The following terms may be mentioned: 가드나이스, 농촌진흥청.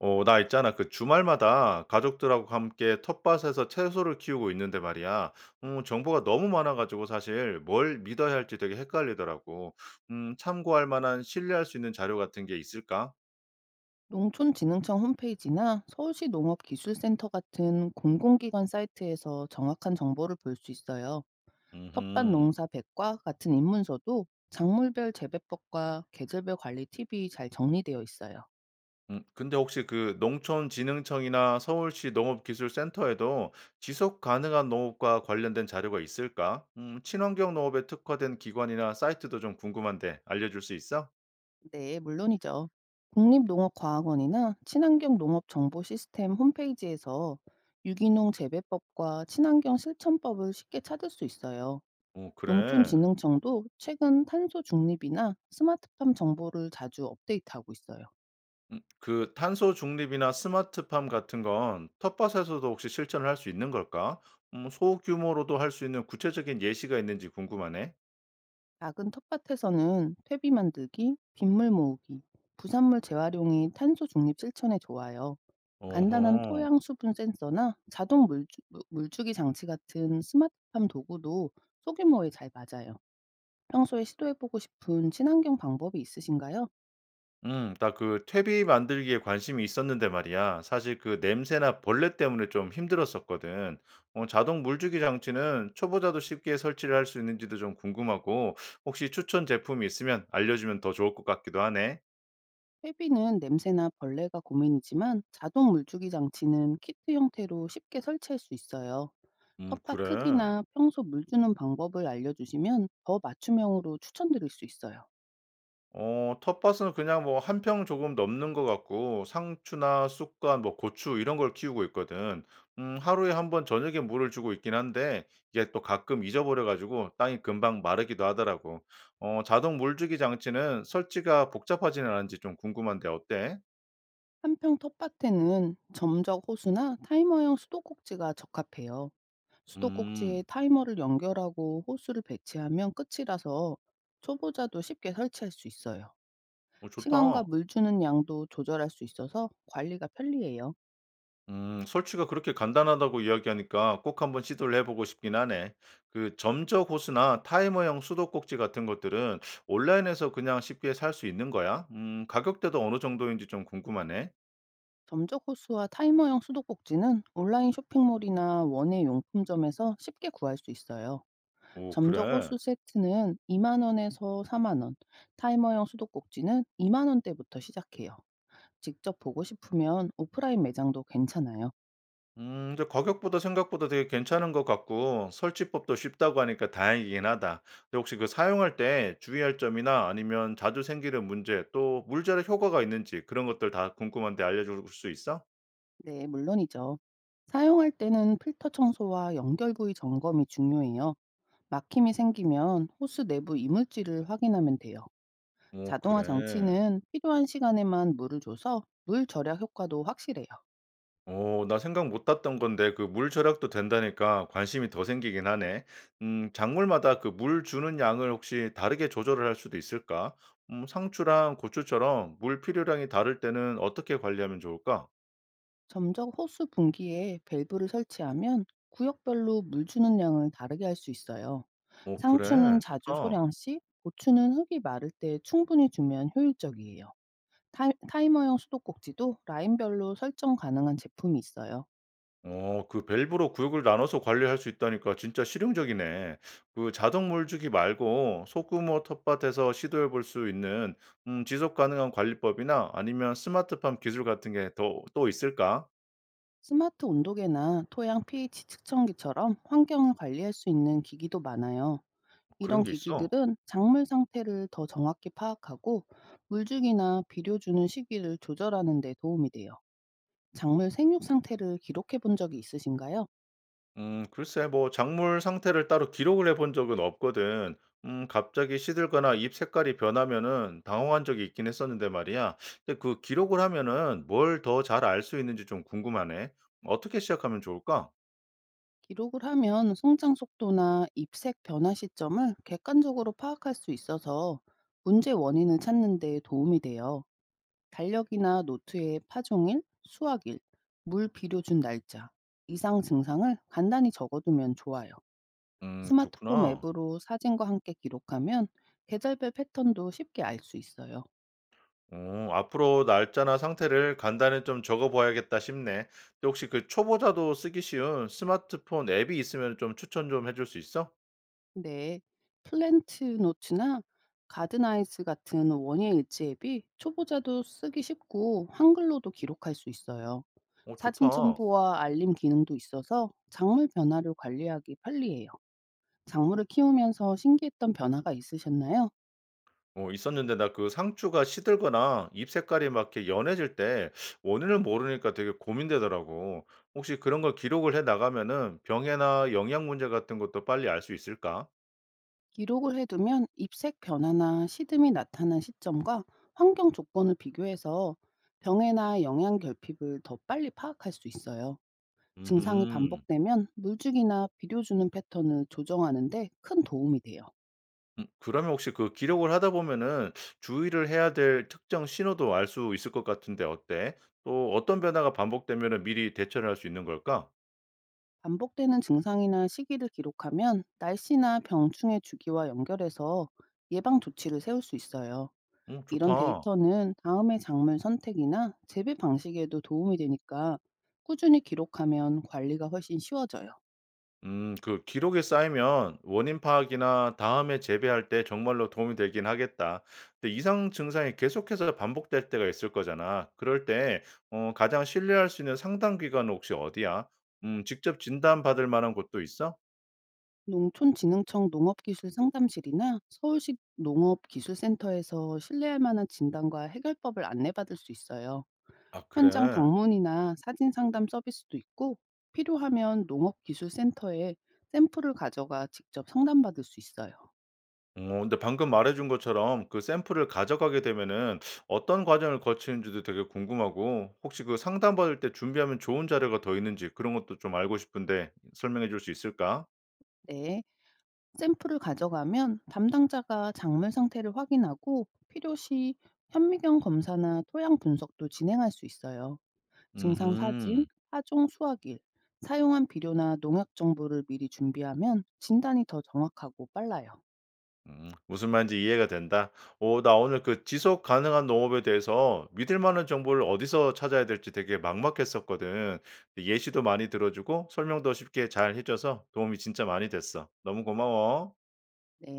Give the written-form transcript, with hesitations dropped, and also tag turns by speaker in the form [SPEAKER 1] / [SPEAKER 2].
[SPEAKER 1] 어, 나 있잖아. 그 주말마다 가족들하고 함께 텃밭에서 채소를 키우고 있는데 말이야. 정보가 너무 많아가지고 사실 뭘 믿어야 할지 되게 헷갈리더라고. 참고할 만한 신뢰할 수 있는 자료 같은 게 있을까?
[SPEAKER 2] 농촌진흥청 홈페이지나 서울시 농업기술센터 같은 공공기관 사이트에서 정확한 정보를 볼 수 있어요. 텃밭
[SPEAKER 1] 음,
[SPEAKER 2] 농사 백과 같은 입문서도 작물별 재배법과 계절별 관리 팁이 잘 정리되어 있어요.
[SPEAKER 1] 근데 혹시 그 농촌진흥청이나 서울시 농업기술센터에도 지속 가능한 농업과 관련된 자료가 있을까? 친환경 농업에 특화된 기관이나 사이트도 좀 궁금한데 알려줄 수 있어?
[SPEAKER 2] 네, 물론이죠. 국립농업과학원이나 친환경 농업 정보 시스템 홈페이지에서 유기농 재배법과 친환경 실천법을 쉽게 찾을 수 있어요.
[SPEAKER 1] 어, 그래.
[SPEAKER 2] 농촌진흥청도 최근 탄소 중립이나 스마트팜 정보를 자주 업데이트하고 있어요.
[SPEAKER 1] 그 탄소 중립이나 스마트팜 같은 건 텃밭에서도 혹시 실천을 할 수 있는 걸까? 소규모로도 할 수 있는 구체적인 예시가 있는지 궁금하네.
[SPEAKER 2] 작은 텃밭에서는 퇴비 만들기, 빗물 모으기, 부산물 재활용이 탄소 중립 실천에 좋아요. 간단한
[SPEAKER 1] 어허.
[SPEAKER 2] 토양 수분 센서나 주기 장치 같은 스마트팜 도구도 소규모에 잘 맞아요. 평소에 시도해보고 싶은 친환경 방법이 있으신가요?
[SPEAKER 1] 나 그 퇴비 만들기에 관심이 있었는데 말이야. 사실 그 냄새나 벌레 때문에 좀 힘들었었거든. 어 자동 물주기 장치는 초보자도 쉽게 설치를 할 수 있는지도 좀 궁금하고 혹시 추천 제품이 있으면 알려주면 더 좋을 것 같기도 하네.
[SPEAKER 2] 회비는 냄새나 벌레가 고민이지만 자동 물주기 장치는 키트 형태로 쉽게 설치할 수 있어요. 텃밭
[SPEAKER 1] 그래.
[SPEAKER 2] 크기나 평소 물 주는 방법을 알려주시면 더 맞춤형으로 추천드릴 수 있어요.
[SPEAKER 1] 어 텃밭은 그냥 뭐 한평 조금 넘는 것 같고 상추나 쑥과 뭐 고추 이런 걸 키우고 있거든. 하루에 한번 저녁에 물을 주고 있긴 한데 이게 또 가끔 잊어버려 가지고 땅이 금방 마르기도 하더라고. 어 자동 물주기 장치는 설치가 복잡하지는 않은지 좀 궁금한데 어때?
[SPEAKER 2] 한평 텃밭에는 점적 호수나 타이머형 수도꼭지가 적합해요. 수도꼭지에
[SPEAKER 1] 음.
[SPEAKER 2] 타이머를 연결하고 호수를 배치하면 끝이라서 초보자도 쉽게 설치할 수 있어요.
[SPEAKER 1] 어
[SPEAKER 2] 시간과
[SPEAKER 1] 좋다.
[SPEAKER 2] 물 주는 양도 조절할 수 있어서 관리가 편리해요.
[SPEAKER 1] 설치가 그렇게 간단하다고 이야기하니까 꼭 한번 시도를 해보고 싶긴 하네. 그 점적 호스나 타이머형 수도꼭지 같은 것들은 온라인에서 그냥 쉽게 살 수 있는 거야? 가격대도 어느 정도인지 좀 궁금하네.
[SPEAKER 2] 점적 호수와 타이머형 수도꼭지는 온라인 쇼핑몰이나 원예 용품점에서 쉽게 구할 수 있어요.
[SPEAKER 1] 오,
[SPEAKER 2] 점적
[SPEAKER 1] 그래.
[SPEAKER 2] 호수 세트는 2만 원에서 4만 원, 타이머형 수도꼭지는 2만 원대부터 시작해요. 직접 보고 싶으면 오프라인 매장도 괜찮아요.
[SPEAKER 1] 근데 가격보다 생각보다 되게 괜찮은 것 같고 설치법도 쉽다고 하니까 다행이긴 하다. 근데 혹시 그 사용할 때 주의할 점이나 아니면 자주 생기는 문제 또 물자력 효과가 있는지 그런 것들 다 궁금한데 알려줄 수 있어?
[SPEAKER 2] 네, 물론이죠. 사용할 때는 필터 청소와 연결 부위 점검이 중요해요. 막힘이 생기면 호스 내부 이물질을 확인하면 돼요.
[SPEAKER 1] 오,
[SPEAKER 2] 자동화
[SPEAKER 1] 그래.
[SPEAKER 2] 장치는 필요한 시간에만 물을 줘서 물 절약 효과도 확실해요.
[SPEAKER 1] 오 나 생각 못 했던 건데 그 물 절약도 된다니까 관심이 더 생기긴 하네. 작물마다 그 물 주는 양을 혹시 다르게 조절을 할 수도 있을까? 상추랑 고추처럼 물 필요량이 다를 때는 어떻게 관리하면 좋을까?
[SPEAKER 2] 점적 호수 분기에 밸브를 설치하면 구역별로 물 주는 양을 다르게 할 수 있어요.
[SPEAKER 1] 오
[SPEAKER 2] 상추는
[SPEAKER 1] 그래.
[SPEAKER 2] 자주
[SPEAKER 1] 좋다.
[SPEAKER 2] 소량씩, 고추는 흙이 마를 때 충분히 주면 효율적이에요. 타이머형 수도꼭지도 라인별로 설정 가능한 제품이 있어요.
[SPEAKER 1] 어, 그 밸브로 구역을 나눠서 관리할 수 있다니까 진짜 실용적이네. 그 자동 물주기 말고 소규모 텃밭에서 시도해 볼 수 있는 지속 가능한 관리법이나 아니면 스마트팜 기술 같은 게 더 또 있을까?
[SPEAKER 2] 스마트 온도계나 토양 pH 측정기처럼 환경을 관리할 수 있는 기기도 많아요. 이런
[SPEAKER 1] 그런 게 있어?
[SPEAKER 2] 기기들은 작물 상태를 더 정확히 파악하고 물주기나 비료 주는 시기를 조절하는 데 도움이 돼요. 작물 생육 상태를 기록해 본 적이 있으신가요?
[SPEAKER 1] 글쎄 뭐 작물 상태를 따로 기록을 해본 적은 없거든. 갑자기 시들거나 잎 색깔이 변하면은 당황한 적이 있긴 했었는데 말이야. 근데 그 기록을 하면은 뭘 더 잘 알 수 있는지 좀 궁금하네. 어떻게 시작하면 좋을까?
[SPEAKER 2] 기록을 하면 성장 속도나 잎색 변화 시점을 객관적으로 파악할 수 있어서 문제 원인을 찾는 데 도움이 돼요. 달력이나 노트에 파종일, 수확일, 물 비료 준 날짜, 이상 증상을 간단히 적어두면 좋아요. 스마트폰
[SPEAKER 1] 그렇구나.
[SPEAKER 2] 앱으로 사진과 함께 기록하면 계절별 패턴도 쉽게 알 수 있어요.
[SPEAKER 1] 어 앞으로 날짜나 상태를 간단히 좀 적어 봐야겠다 싶네. 근데 혹시 그 초보자도 쓰기 쉬운 스마트폰 앱이 있으면 좀 추천 좀 해줄 수 있어?
[SPEAKER 2] 네, 플랜트 노트나 가드나이스 같은 원예 일지 앱이 초보자도 쓰기 쉽고 한글로도 기록할 수 있어요.
[SPEAKER 1] 어
[SPEAKER 2] 사진
[SPEAKER 1] 좋다.
[SPEAKER 2] 첨부와 알림 기능도 있어서 작물 변화를 관리하기 편리해요. 작물을 키우면서 신기했던 변화가 있으셨나요?
[SPEAKER 1] 어 있었는데 나 그 상추가 시들거나 잎 색깔이 막 이렇게 연해질 때 원인을 모르니까 되게 고민되더라고. 혹시 그런 걸 기록을 해 나가면은 병해나 영양 문제 같은 것도 빨리 알 수 있을까?
[SPEAKER 2] 기록을 해두면 잎색 변화나 시듬이 나타난 시점과 환경 조건을 비교해서 병해나 영양 결핍을 더 빨리 파악할 수 있어요. 증상이
[SPEAKER 1] 음
[SPEAKER 2] 반복되면 물주기나 비료 주는 패턴을 조정하는데 큰 도움이 돼요.
[SPEAKER 1] 그러면 혹시 그 기록을 하다 보면은 주의를 해야 될 특정 신호도 알 수 있을 것 같은데 어때? 또 어떤 변화가 반복되면은 미리 대처를 할 수 있는 걸까?
[SPEAKER 2] 반복되는 증상이나 시기를 기록하면 날씨나 병충해 주기와 연결해서 예방 조치를 세울 수 있어요. 이런
[SPEAKER 1] 좋다.
[SPEAKER 2] 데이터는 다음의 작물 선택이나 재배 방식에도 도움이 되니까 꾸준히 기록하면 관리가 훨씬 쉬워져요.
[SPEAKER 1] 그 기록이 쌓이면 원인 파악이나 다음에 재배할 때 정말로 도움이 되긴 하겠다. 근데 이상 증상이 계속해서 반복될 때가 있을 거잖아. 그럴 때 어, 가장 신뢰할 수 있는 상담 기관은 혹시 어디야? 직접 진단 받을 만한 곳도 있어?
[SPEAKER 2] 농촌진흥청 농업기술상담실이나 서울시 농업기술센터에서 신뢰할 만한 진단과 해결법을 안내받을 수 있어요.
[SPEAKER 1] 아,
[SPEAKER 2] 현장
[SPEAKER 1] 그래.
[SPEAKER 2] 방문이나 사진 상담 서비스도 있고 필요하면 농업기술센터에 샘플을 가져가 직접 상담받을 수 있어요.
[SPEAKER 1] 어, 근데 방금 말해준 것처럼 그 샘플을 가져가게 되면은 어떤 과정을 거치는지도 되게 궁금하고 혹시 그 상담 받을 때 준비하면 좋은 자료가 더 있는지 그런 것도 좀 알고 싶은데 설명해 줄 수 있을까?
[SPEAKER 2] 네, 샘플을 가져가면 담당자가 작물 상태를 확인하고 필요시 현미경 검사나 토양 분석도 진행할 수 있어요. 증상 사진,
[SPEAKER 1] 음흠.
[SPEAKER 2] 파종 수확일, 사용한 비료나 농약 정보를 미리 준비하면 진단이 더 정확하고 빨라요.
[SPEAKER 1] 음. 무슨 말인지 이해가 된다. 오 나 오늘 그 지속 가능한 농업에 대해서 믿을 만한 정보를 어디서 찾아야 될지 되게 막막했었거든. 예시도 많이 들어 주고 설명도 쉽게 잘 해 줘서 도움이 진짜 많이 됐어. 너무 고마워.
[SPEAKER 2] 네.